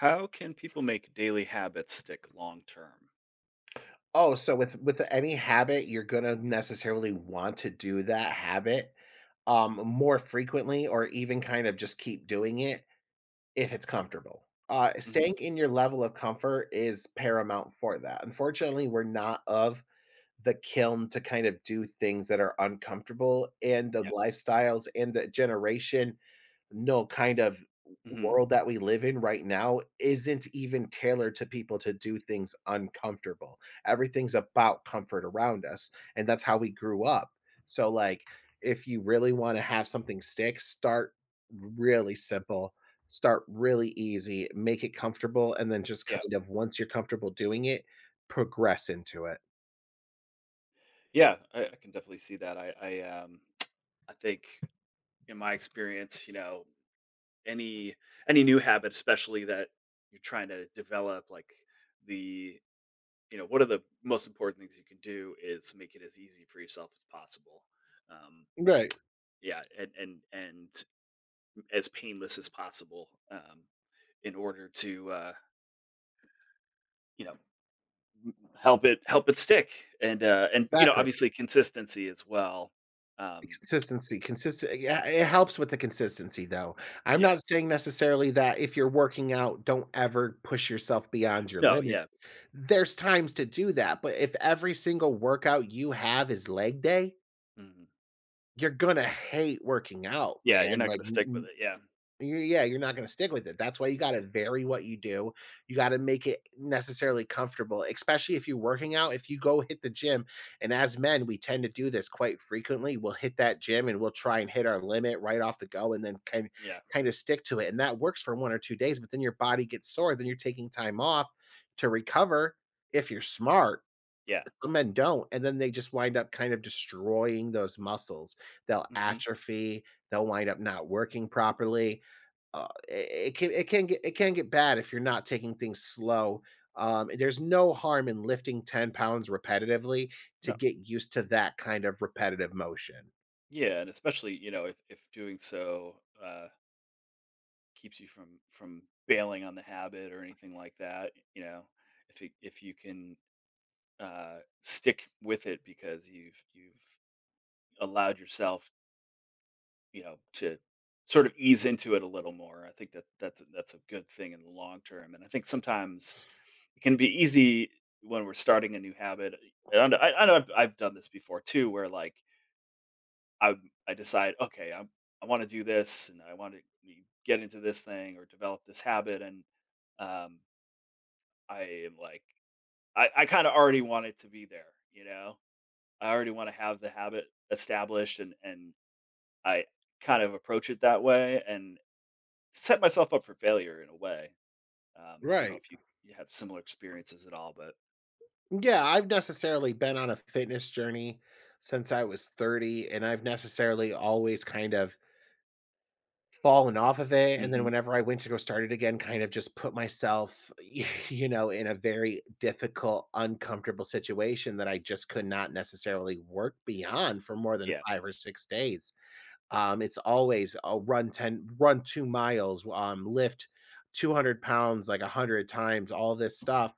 How can people make daily habits stick long term? Oh, so with any habit, you're gonna necessarily want to do that habit, more frequently or even kind of just keep doing it if it's comfortable. Mhm, Staying in your level of comfort is paramount for that. Unfortunately, we're not of the kiln to kind of do things that are uncomfortable, and the yeah, lifestyles and the generation, no, kind of, mhm, world that we live in right now isn't even tailored to people to do things uncomfortable. Everything's about comfort around us, and that's how we grew up. So, like, if you really want to have something stick, start really simple, start really easy, make it comfortable, and then just yeah, kind of once you're comfortable doing it, progress into it. yeah, I can definitely see that. I I think in my experience, any any new habit, especially that you're trying to develop, the one of the most important things you can do is make it as easy for yourself as possible. Um, Right. yeah, and as painless as possible, in order to you know help it help it stick, and Exactly. obviously consistency as well. Um, Consistency, consistent, yeah, it helps with the consistency, though. I'm yeah. not saying necessarily that if you're working out, don't ever push yourself beyond your No, yeah. limits. There's times to do that, but if every single workout you have is leg day, Mhm. you're gonna hate working out, Yeah, you're man, not like, gonna stick with n it. Yeah. you're yeah, you're not gonna stick with it. That's why you gotta vary what you do. You gotta make it necessarily comfortable, especially if you're working out. If you go hit the gym, and as men, we tend to do this quite frequently. We'll hit that gym and we'll try and hit our limit right off the go and then kind Yeah. kind of stick to it. And that works for 1 or 2 days, but then your body gets sore, then you're taking time off to recover if you're smart. Yeah. Some men don't, and then they just wind up kind of destroying those muscles. They'll Mhm. atrophy, they'll wind up not working properly. I It can get bad if you're not taking things slow. There's no harm in lifting 10 pounds repetitively, to No. get used to that kind of repetitive motion. Yeah, and especially, if doing so, keeps you from bailing on the habit or anything like that, if you can, stick with it because you've allowed yourself to sort of ease into it a little more. I think that that's a good thing in the long term. And I think sometimes it can be easy when we're starting a new habit. And I know I've done this before too, where like I I decide, okay, I want to do this, and I want to get into this thing or develop this habit, and um, I am like, I kind of already want it to be there, you know. I already want to have the habit established, and I kind of approach it that way, and set myself up for failure in a way. I don't know Right. if you have similar experiences at all, but Yeah, I've necessarily been on a fitness journey since I was 30, and I've necessarily always kind of fallen off of it, and then Mhm. whenever I went to go start it again, kind of just put myself, in a very difficult, uncomfortable situation that I just could not necessarily work beyond for more than Yeah, 5 or 6 days. It's always a run 2 miles, lift 200 pounds like 100 times, all this stuff.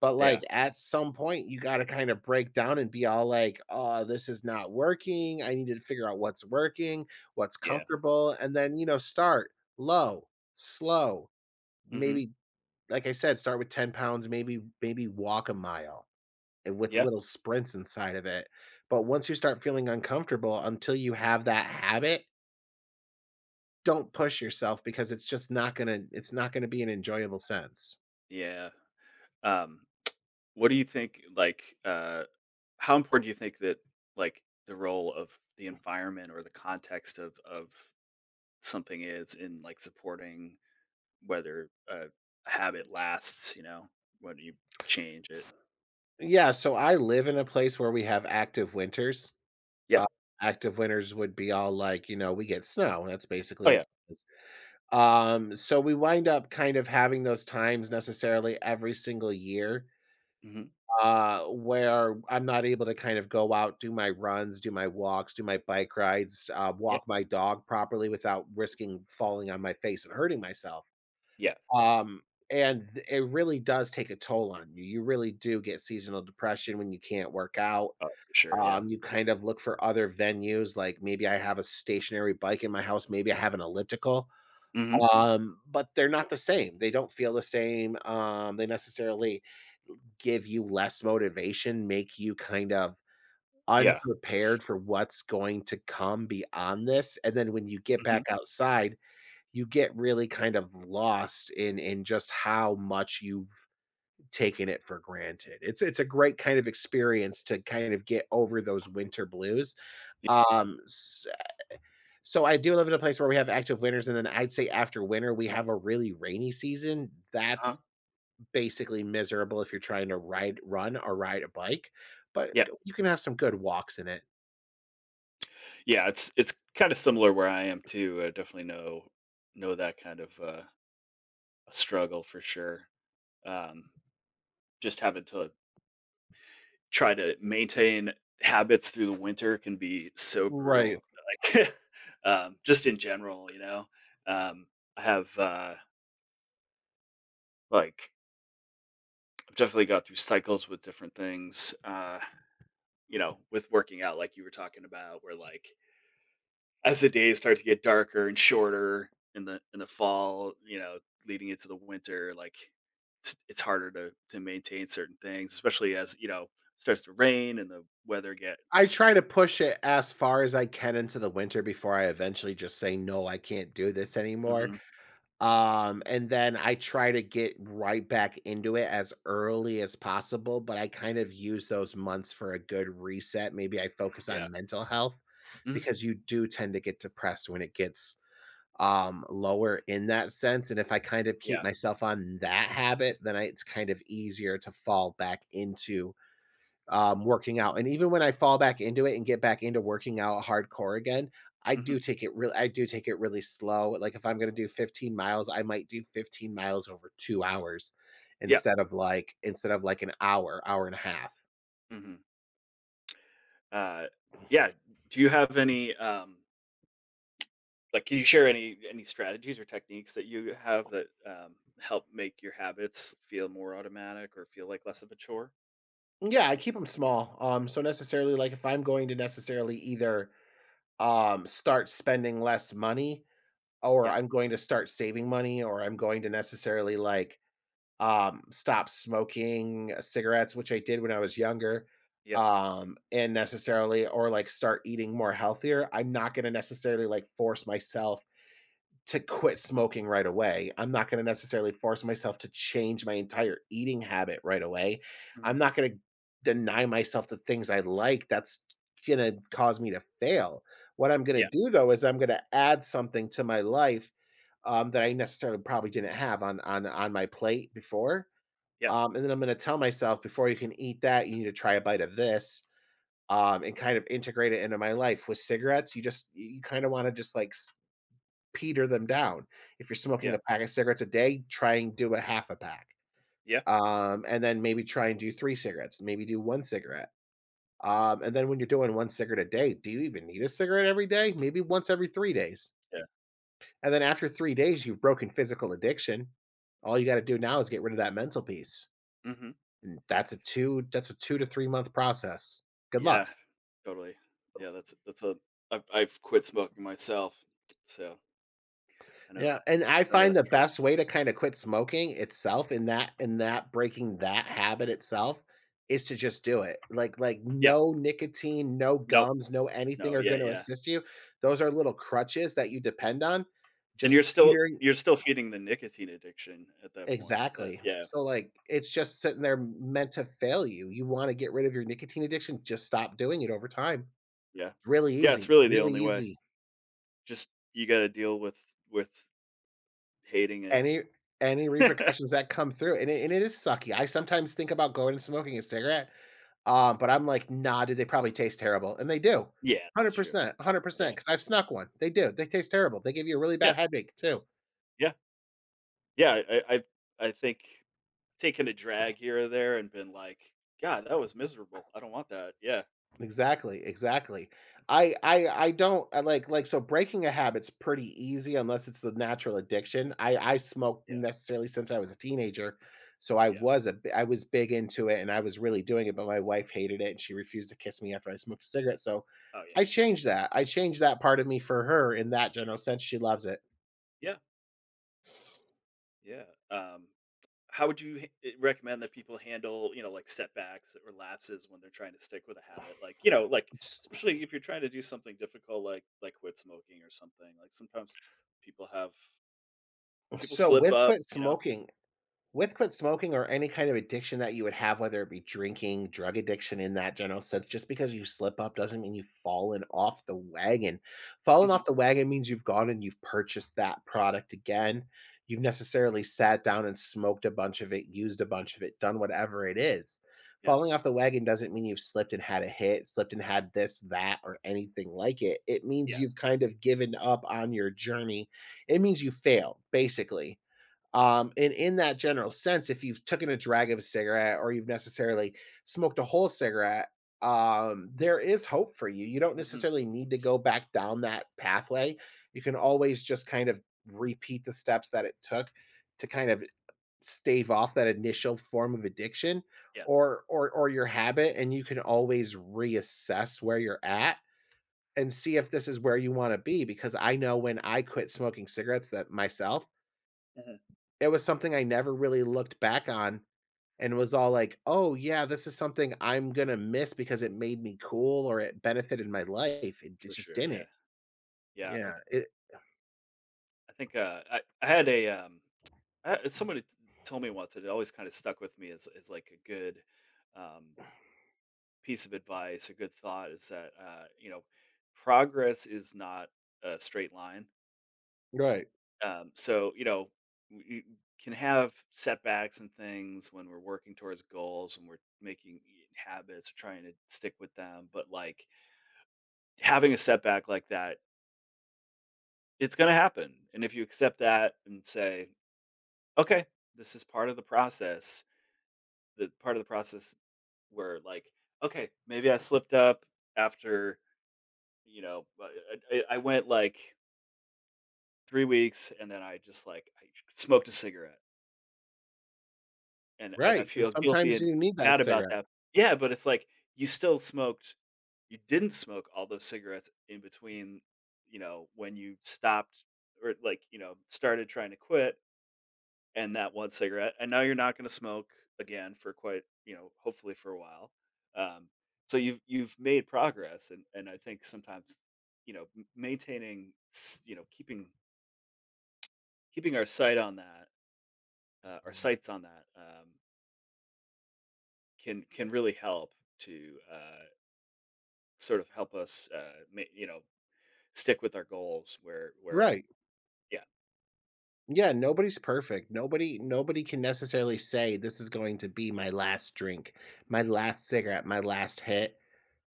But, yeah, like, at some point, you gotta kinda break down and be all like, "Oh, this is not working. I need to figure out what's working, what's yeah, comfortable," and then, start low, slow, hmm maybe like I said, start with 10 pounds, maybe walk a mile and with yeah, little sprints inside of it. But once you start feeling uncomfortable, until you have that habit, don't push yourself because it's not gonna be an enjoyable sense. yeah. Um, what do you think? How important do you think that like the role of the environment or the context of something is in like supporting whether a habit lasts? You know, when you change it. Yeah, so I live in a place where we have active winters. Yeah. Uh, Active winters would be all like, we get snow. That's Oh basically what yeah. it is. So we wind up kind of having those times necessarily every single year, Hmm. Where I'm not able to kind of go out, do my runs, do my walks, do my bike rides, Yeah. walk my dog properly without risking falling on my face and hurting myself. Yeah. Um, and it really does take a toll on you. You really do get seasonal depression when you can't work out. Oh, for sure. Yeah. You kind of look for other venues, like maybe I have a stationary bike in my house, maybe I have an elliptical, Hmm. But they're not the same. They don't feel the same. They necessarily give you less motivation, make you kind of Yeah. unprepared for what's going to come beyond this. And then when you get Hmm. back outside, you get really kind of lost in just how much you've taken it for granted. It's a great kind of experience to kind of get over those winter blues, s so I do live in a place where we have active winters, and then I'd say after winter, we have a really rainy season. That's basically miserable if you're trying to ride run or ride a bike, but Yeah. g you can have some good walks in it. Yeah, it's kinda similar where I am too. I definitely know that kind of, a struggle for sure. Um, just having to try to maintain habits through the winter can be so Right. brutal, like, just in general, you know? Um, I have, like I've definitely got through cycles with different things, you know, with working out like you were talking about where, like, as the days start to get darker and shorter in the fall, you know, leading into the winter, like it's harder to maintain certain things, especially as you know it starts to rain and the weather I gets. try to push it as far as I can into the winter before I eventually just say, "No, I can't do this anymore." Hmm. And then I try to get right back into it as early as possible, but I kind of use those months for a good reset. Maybe I focus Yeah. on mental health Hmm. because you do tend to get depressed when it gets lower in that sense. And if I kind of Yeah. keep myself on that habit, then it's kind of easier to fall back into, working out. And even when I fall back into it and get back into working out hardcore again, Hmm. I do take it really slow. Like if I'm gonna do 15 miles, I might do 15 miles over 2 hours Yeah. Instead of like an hour, hour and a half. Hmm. Uh, yeah. Do you have any like? Can you share any strategies or techniques that you have that help make your habits feel more automatic or feel like less of a chore? Yeah, I keep them small. So necessarily like if I'm going to necessarily either start spending less money or Yeah. I'm going to start saving money or I'm going to necessarily like, stop smoking, cigarettes, which I did when I was younger, Yeah. And necessarily or, like, start eating more healthier, I'm not gonna necessarily, like, force myself to quit smoking right away. I'm not gonna necessarily force myself to change my entire eating habit right away. Hmm. I'm not gonna deny myself the things I like, that's gonna cause me to fail. What I'm gonna Yeah. do, though, is I'm gonna add something to my life, that I necessarily probably didn't have on my plate before, Yeah. And then I'm gonna tell myself, "Before you can eat that, you need to try a bite of this," and kind of integrate it into my life. With cigarettes, you kinda wanna just, like, s peter them down. If you're smoking Yeah. a pack of cigarettes a day, try and do a half a pack, Yeah. And then maybe try and do 3 cigarettes, maybe do 1 cigarette, and then when you're doing 1 cigarette a day, do you even need a cigarette every day? Maybe once every 3 days, Yeah. and then after 3 days, you've broken physical addiction. All you gotta do now is get rid of that mental piece. Mhm. That's a 2, that's a 2 to 3 month process. Good luck. Yeah. Totally. Yeah, that's a I've quit smoking myself, so I know Yeah, and I I know find that the struggle. best way to kinda quit smoking itself, in that breaking that habit itself, is to just do it. Like Yeah. no nicotine, no No. gums, no anything No, are yeah, gonna yeah. assist you. Those are little crutches that you depend on. And you're Just still petering you're still feeding the nicotine addiction at that point. That Exactly. yeah, So, like, it's just sitting there meant to fail you. You wanna get rid of your nicotine addiction, just stop doing it over time. yeah. It's really Yeah, easy. it's It's really the really only way. easy. Just you gotta deal with hating it. Any any repercussions that come through, and it is sucky. I sometimes think about going and smoking a cigarette, but I'm like, "Nah, dude, they probably taste terrible," and they do. Yeah, it's true. 100%, Yeah. 100%. Because I've snuck one. They do, they taste terrible. They give you a really bad Yeah. headache too. Yeah. Yeah, I think taking a drag here or there and been like, "God, that was miserable. I don't want that." Yeah. Exactly, exactly. I don't I like so breaking a habit's pretty easy unless it's the natural addiction. I smoked Yeah. necessarily since I was a teenager, so Yeah. I was big into it and I was really doing it, but my wife hated it and she refused to kiss me after I smoked a cigarette. So Oh yeah. I changed that. I changed that part of me for her in that general sense. She loves it. Yeah. Yeah. How would you recommend that people handle, you know, like setbacks or lapses when they're trying to stick with a habit? Like, you know, like S- especially if you're trying to do something difficult, like quit smoking or something. Like sometimes people have people So slip with up, quit you know. smoking, With quit smoking or any kind of addiction that you would have, whether it be drinking, drug addiction in that general sense, just because you slip up doesn't mean you've fallen off the wagon. Falling Hmm. off the wagon means you've gone and you've purchased that product again. You've necessarily sat down and smoked a bunch of it, used a bunch of it, done whatever it is. Yeah, Falling off the wagon doesn't mean you've slipped and had a hit, slipped and had this, that, or anything like it. It means yeah, you've kind of given up on your journey. It means you failed, basically, and in that general sense, if you've taken a drag of a cigarette or you've necessarily smoked a whole cigarette, there is hope for you. You don't hmm necessarily need to go back down that pathway. You can always just kind of repeat the steps that it took to kind of stave off that initial form of addiction yeah, or your habit, and you can always reassess where you're at and see if this is where you want to be. Because I know when I quit smoking cigarettes that myself, uh it was something I never really looked back on and was all like, "Oh, yeah, this is something I'm gonna miss because it made me cool or it benefited my life." It for just sure. Yeah, didn't. yeah. I Yeah, it I think I had a I, somebody told me once. And it always kind of stuck with me as like a good um piece of advice or good thought is that you know progress is not a straight line. right, So you know we can have setbacks and things when we're working towards goals and we're making habits or trying to stick with them. But like having a setback like that, it's going to happen. And if you accept that and say, okay, this is part of the process. The part of the process where like, okay, maybe I slipped up after you know, I went, like, 3 weeks, and then I just, like, I smoked a cigarette, and I right, and feel guilty sometimes and you need that bad about cigarette. that. Yeah, but it's like, you still smoked you didn't smoke all those cigarettes in between, you know, when you stopped or, like, you know, started trying to quit and that 1 cigarette, and now you're not gonna smoke again for quite, you know, hopefully for a while. Um, so you've made progress, and I think sometimes, you know, m maintaining s you know, keeping keeping our sight on that, our Mhm. sights on that, can really help to, sort of help us, ma you know, stick with our goals where Right. yeah, Yeah, nobody's perfect. Nobody can necessarily say, "This is going to be my last drink, my last cigarette, my last hit."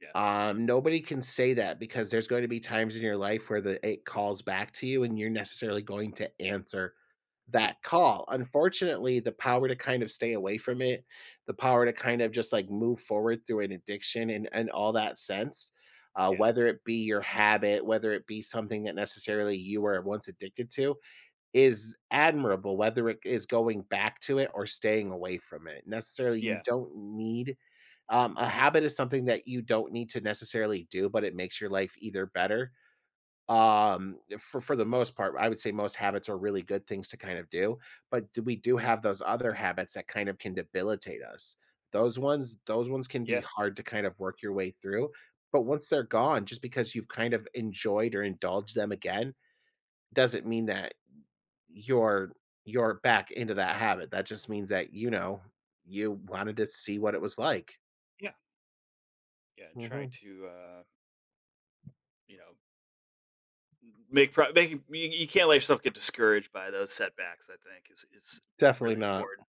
yeah, Nobody can say that because there's going to be times in your life where the it calls back to you and you're necessarily going to answer that call. Unfortunately, the mhm, power to kind of stay away from it, the power to kind of just like move forward through an addiction and all that sense, yeah, whether it be your habit, whether it be something that necessarily you were once addicted to, is admirable whether it is going back to it or staying away from it. Necessarily, you yeah, don't need A habit is something that you don't need to necessarily do, but it makes your life either better. For the most part, I would say most habits are really good things to kind of do, but we do have those other habits that kind of can debilitate us. Those ones can be yeah, hard to kind of work your way through. But once they're gone, just because you've kind of enjoyed or indulged them again, doesn't mean that you're you're back into that habit. That just means that, you wanted to see what it was like. yeah, yeah, and try Mhm. to, you know, m make pro making you can't let yourself get discouraged by those setbacks, I think, is Definitely really not. important.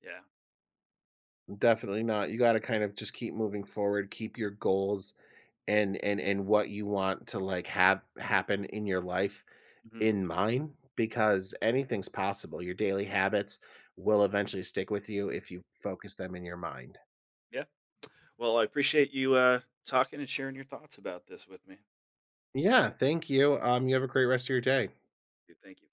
Yeah, Definitely not. You gotta kind of just keep moving forward, keep your goals and what you want to, like, have happen in your life mhm, in mind because anything's possible. Your daily habits will eventually stick with you if you focus them in your mind. yeah. Well, I appreciate you, talking and sharing your thoughts about this with me. Yeah, thank you. You have a great rest of your day. Thank you.